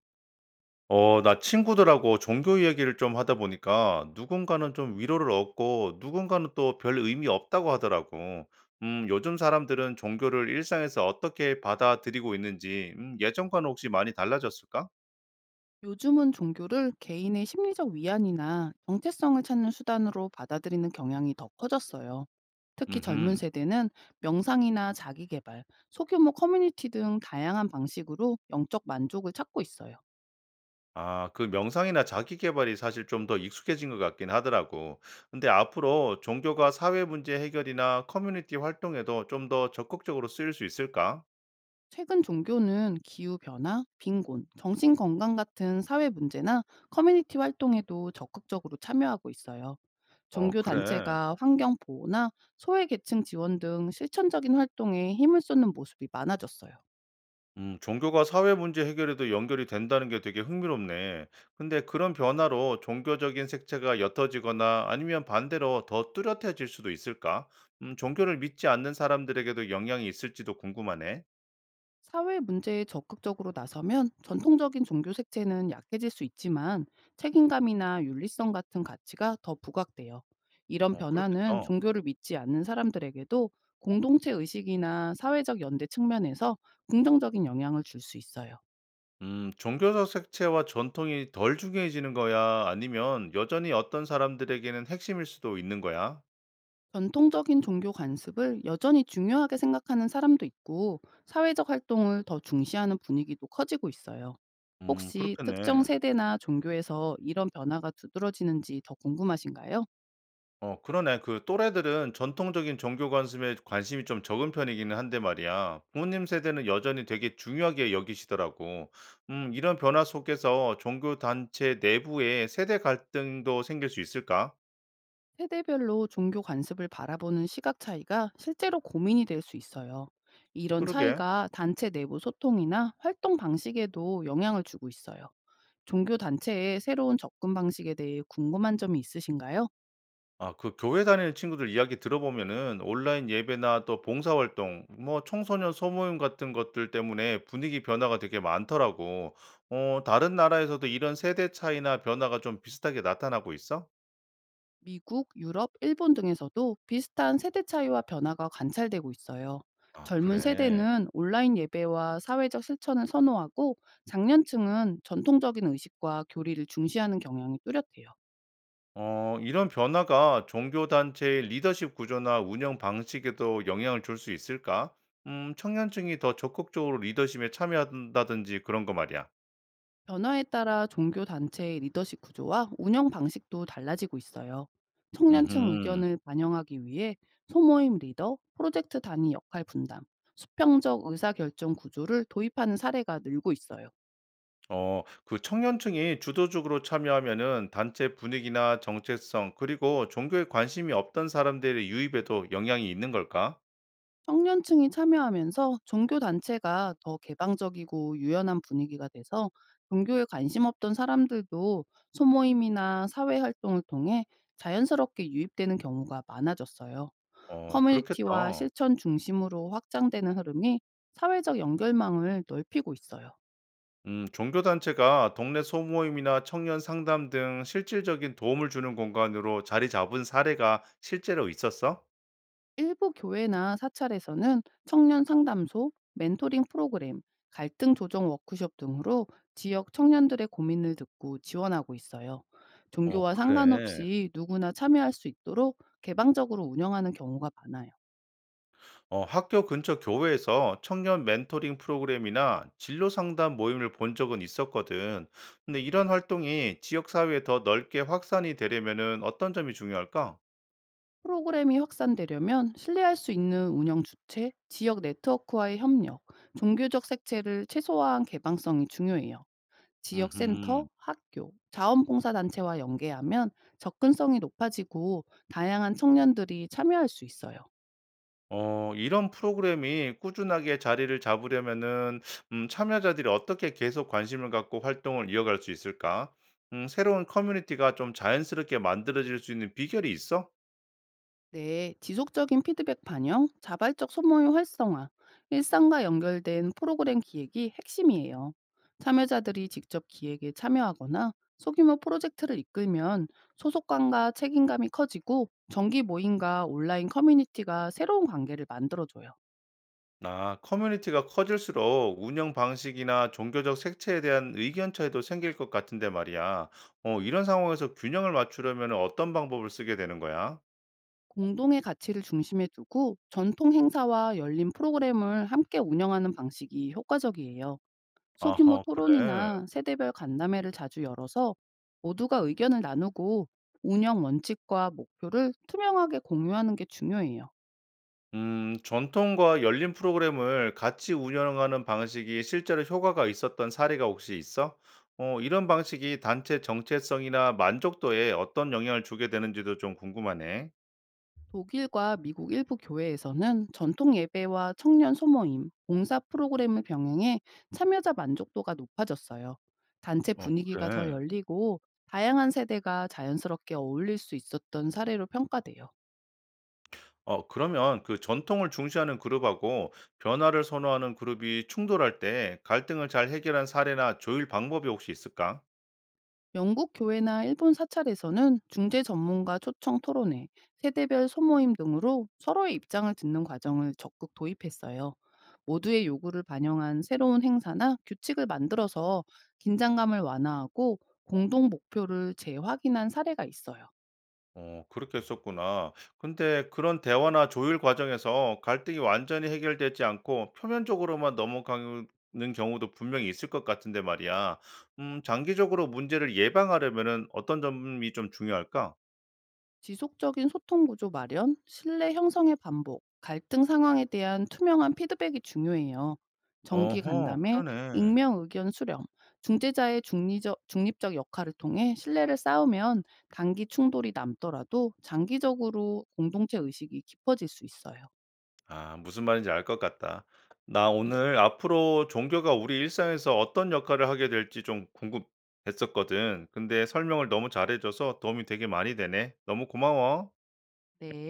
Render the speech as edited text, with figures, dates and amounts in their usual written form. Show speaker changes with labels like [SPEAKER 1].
[SPEAKER 1] 어, 나 친구들하고 종교 이야기를 좀 하다 보니까 누군가는 좀 위로를 얻고 누군가는 또 별 의미 없다고 하더라고. 요즘 사람들은 종교를 일상에서 어떻게 받아들이고 있는지, 예전과는 혹시 많이 달라졌을까?
[SPEAKER 2] 요즘은 종교를 개인의 심리적 위안이나 정체성을 찾는 수단으로 받아들이는 경향이 더 커졌어요. 특히 젊은
[SPEAKER 1] 음,
[SPEAKER 2] 세대는 명상이나 자기개발, 소규모 커뮤니티 등 다양한 방식으로 영적 만족을 찾고 있어요.
[SPEAKER 1] 아, 그 명상이나 자기 개발이 사실 좀 더 익숙해진 것 같긴 하더라고. 근데 앞으로 종교가 사회 문제 해결이나 커뮤니티 활동에도 좀 더 적극적으로 쓰일 수 있을까?
[SPEAKER 2] 최근 종교는 기후변화, 빈곤, 정신건강 같은 사회 문제나 커뮤니티 활동에도 적극적으로 참여하고 있어요.
[SPEAKER 1] 어,
[SPEAKER 2] 종교
[SPEAKER 1] 그래.
[SPEAKER 2] 단체가 환경 보호나 소외 계층 지원 등 실천적인 활동에 힘을 쏟는 모습이 많아졌어요.
[SPEAKER 1] 종교가 사회 문제 해결에도 연결이 된다는 게 되게 흥미롭네. 근데 그런 변화로 종교적인 색채가 옅어지거나 아니면 반대로 더 뚜렷해질 수도 있을까? 종교를 믿지 않는 사람들에게도 영향이 있을지도 궁금하네.
[SPEAKER 2] 사회 문제에 적극적으로 나서면 전통적인 종교 색채는 약해질 수 있지만 책임감이나 윤리성 같은 가치가 더 부각돼요. 이런
[SPEAKER 1] 어,
[SPEAKER 2] 변화는
[SPEAKER 1] 그렇겠다.
[SPEAKER 2] 종교를 믿지 않는 사람들에게도 공동체 의식이나 사회적 연대 측면에서 긍정적인 영향을 줄 수 있어요.
[SPEAKER 1] 종교적 색채와 전통이 덜 중요해지는 거야? 아니면 여전히 어떤 사람들에게는 핵심일 수도 있는 거야?
[SPEAKER 2] 전통적인 종교 관습을 여전히 중요하게 생각하는 사람도 있고 사회적 활동을 더 중시하는 분위기도 커지고 있어요. 혹시 특정
[SPEAKER 1] 그렇겠네.
[SPEAKER 2] 세대나 종교에서 이런 변화가 두드러지는지 더 궁금하신가요?
[SPEAKER 1] 어 그러네. 그 또래들은 전통적인 종교 관습에 관심이 좀 적은 편이기는 한데 말이야. 부모님 세대는 여전히 되게 중요하게 여기시더라고. 이런 변화 속에서 종교 단체 내부에 세대 갈등도 생길 수 있을까?
[SPEAKER 2] 세대별로 종교 관습을 바라보는 시각 차이가 실제로 고민이 될 수 있어요. 이런
[SPEAKER 1] 그러게.
[SPEAKER 2] 차이가 단체 내부 소통이나 활동 방식에도 영향을 주고 있어요. 종교 단체의 새로운 접근 방식에 대해 궁금한 점이 있으신가요?
[SPEAKER 1] 아, 그 교회 다니는 친구들 이야기 들어보면은 온라인 예배나 또 봉사활동, 뭐 청소년 소모임 같은 것들 때문에 분위기 변화가 되게 많더라고. 어, 다른 나라에서도 이런 세대 차이나 변화가 좀 비슷하게 나타나고 있어?
[SPEAKER 2] 미국, 유럽, 일본 등에서도 비슷한 세대 차이와 변화가 관찰되고 있어요.
[SPEAKER 1] 아,
[SPEAKER 2] 젊은
[SPEAKER 1] 그래.
[SPEAKER 2] 세대는 온라인 예배와 사회적 실천을 선호하고 장년층은 전통적인 의식과 교리를 중시하는 경향이 뚜렷해요.
[SPEAKER 1] 어, 이런 변화가 종교단체의 리더십 구조나 운영 방식에도 영향을 줄 수 있을까? 청년층이 더 적극적으로 리더십에 참여한다든지 그런 거 말이야.
[SPEAKER 2] 변화에 따라 종교 단체의 리더십 구조와 운영 방식도 달라지고 있어요. 청년층
[SPEAKER 1] 음,
[SPEAKER 2] 의견을 반영하기 위해 소모임 리더, 프로젝트 단위 역할 분담, 수평적 의사결정 구조를 도입하는 사례가 늘고 있어요.
[SPEAKER 1] 어, 그 청년층이 주도적으로 참여하면은 단체 분위기나 정체성, 그리고 종교에 관심이 없던 사람들의 유입에도 영향이 있는 걸까?
[SPEAKER 2] 청년층이 참여하면서 종교 단체가 더 개방적이고 유연한 분위기가 돼서 종교에 관심 없던 사람들도 소모임이나 사회 활동을 통해 자연스럽게 유입되는 경우가 많아졌어요.
[SPEAKER 1] 어,
[SPEAKER 2] 커뮤니티와
[SPEAKER 1] 그렇겠다.
[SPEAKER 2] 실천 중심으로 확장되는 흐름이 사회적 연결망을 넓히고 있어요.
[SPEAKER 1] 종교단체가 동네 소모임이나 청년 상담 등 실질적인 도움을 주는 공간으로 자리 잡은 사례가 실제로 있었어?
[SPEAKER 2] 일부 교회나 사찰에서는 청년 상담소, 멘토링 프로그램, 갈등 조정 워크숍 등으로 지역 청년들의 고민을 듣고 지원하고 있어요.
[SPEAKER 1] 어,
[SPEAKER 2] 종교와
[SPEAKER 1] 그래.
[SPEAKER 2] 상관없이 누구나 참여할 수 있도록 개방적으로 운영하는 경우가 많아요.
[SPEAKER 1] 어, 학교 근처 교회에서 청년 멘토링 프로그램이나 진로 상담 모임을 본 적은 있었거든. 근데 이런 활동이 지역사회에 더 넓게 확산이 되려면은 어떤 점이 중요할까?
[SPEAKER 2] 프로그램이 확산되려면 신뢰할 수 있는 운영 주체, 지역 네트워크와의 협력, 종교적 색채를 최소화한 개방성이 중요해요. 지역 센터,
[SPEAKER 1] 음흠.
[SPEAKER 2] 학교, 자원봉사단체와 연계하면 접근성이 높아지고 다양한 청년들이 참여할 수 있어요.
[SPEAKER 1] 어, 이런 프로그램이 꾸준하게 자리를 잡으려면은 참여자들이 어떻게 계속 관심을 갖고 활동을 이어갈 수 있을까? 새로운 커뮤니티가 좀 자연스럽게 만들어질 수 있는 비결이 있어?
[SPEAKER 2] 네, 지속적인 피드백 반영, 자발적 소모임 활성화, 일상과 연결된 프로그램 기획이 핵심이에요. 참여자들이 직접 기획에 참여하거나 소규모 프로젝트를 이끌면 소속감과 책임감이 커지고 정기 모임과 온라인 커뮤니티가 새로운 관계를 만들어줘요.
[SPEAKER 1] 아, 커뮤니티가 커질수록 운영 방식이나 종교적 색채에 대한 의견 차이도 생길 것 같은데 말이야. 어, 이런 상황에서 균형을 맞추려면 어떤 방법을 쓰게 되는 거야?
[SPEAKER 2] 공동의 가치를 중심에 두고 전통 행사와 열린 프로그램을 함께 운영하는 방식이 효과적이에요. 소규모
[SPEAKER 1] 아하, 그래.
[SPEAKER 2] 토론이나 세대별 간담회를 자주 열어서 모두가 의견을 나누고 운영 원칙과 목표를 투명하게 공유하는 게 중요해요.
[SPEAKER 1] 전통과 열린 프로그램을 같이 운영하는 방식이 실제로 효과가 있었던 사례가 혹시 있어? 어, 이런 방식이 단체 정체성이나 만족도에 어떤 영향을 주게 되는지도 좀 궁금하네.
[SPEAKER 2] 독일과 미국 일부 교회에서는 전통 예배와 청년 소모임, 봉사 프로그램을 병행해 참여자 만족도가 높아졌어요. 단체
[SPEAKER 1] 어,
[SPEAKER 2] 분위기가 더
[SPEAKER 1] 그래.
[SPEAKER 2] 열리고 다양한 세대가 자연스럽게 어울릴 수 있었던 사례로 평가돼요.
[SPEAKER 1] 어, 그러면 그 전통을 중시하는 그룹하고 변화를 선호하는 그룹이 충돌할 때 갈등을 잘 해결한 사례나 조율 방법이 혹시 있을까?
[SPEAKER 2] 영국 교회나 일본 사찰에서는 중재 전문가 초청 토론회, 세대별 소모임 등으로 서로의 입장을 듣는 과정을 적극 도입했어요. 모두의 요구를 반영한 새로운 행사나 규칙을 만들어서 긴장감을 완화하고 공동 목표를 재확인한 사례가 있어요.
[SPEAKER 1] 어 그렇게 했었구나. 근데 그런 대화나 조율 과정에서 갈등이 완전히 해결되지 않고 표면적으로만 넘어가는 경우도 분명히 있을 것 같은데 말이야. 장기적으로 문제를 예방하려면은 어떤 점이 좀 중요할까?
[SPEAKER 2] 지속적인 소통 구조 마련, 신뢰 형성의 반복, 갈등 상황에 대한 투명한 피드백이 중요해요. 정기
[SPEAKER 1] 어허,
[SPEAKER 2] 간담회,
[SPEAKER 1] 그러네.
[SPEAKER 2] 익명 의견 수렴, 중재자의 중리적, 중립적 역할을 통해 신뢰를 쌓으면 단기 충돌이 남더라도 장기적으로 공동체 의식이 깊어질 수 있어요.
[SPEAKER 1] 아, 무슨 말인지 알 것 같다. 나 오늘 앞으로 종교가 우리 일상에서 어떤 역할을 하게 될지 좀 궁금했었거든. 근데 설명을 너무 잘해줘서 도움이 되게 많이 되네. 너무 고마워.
[SPEAKER 2] 네.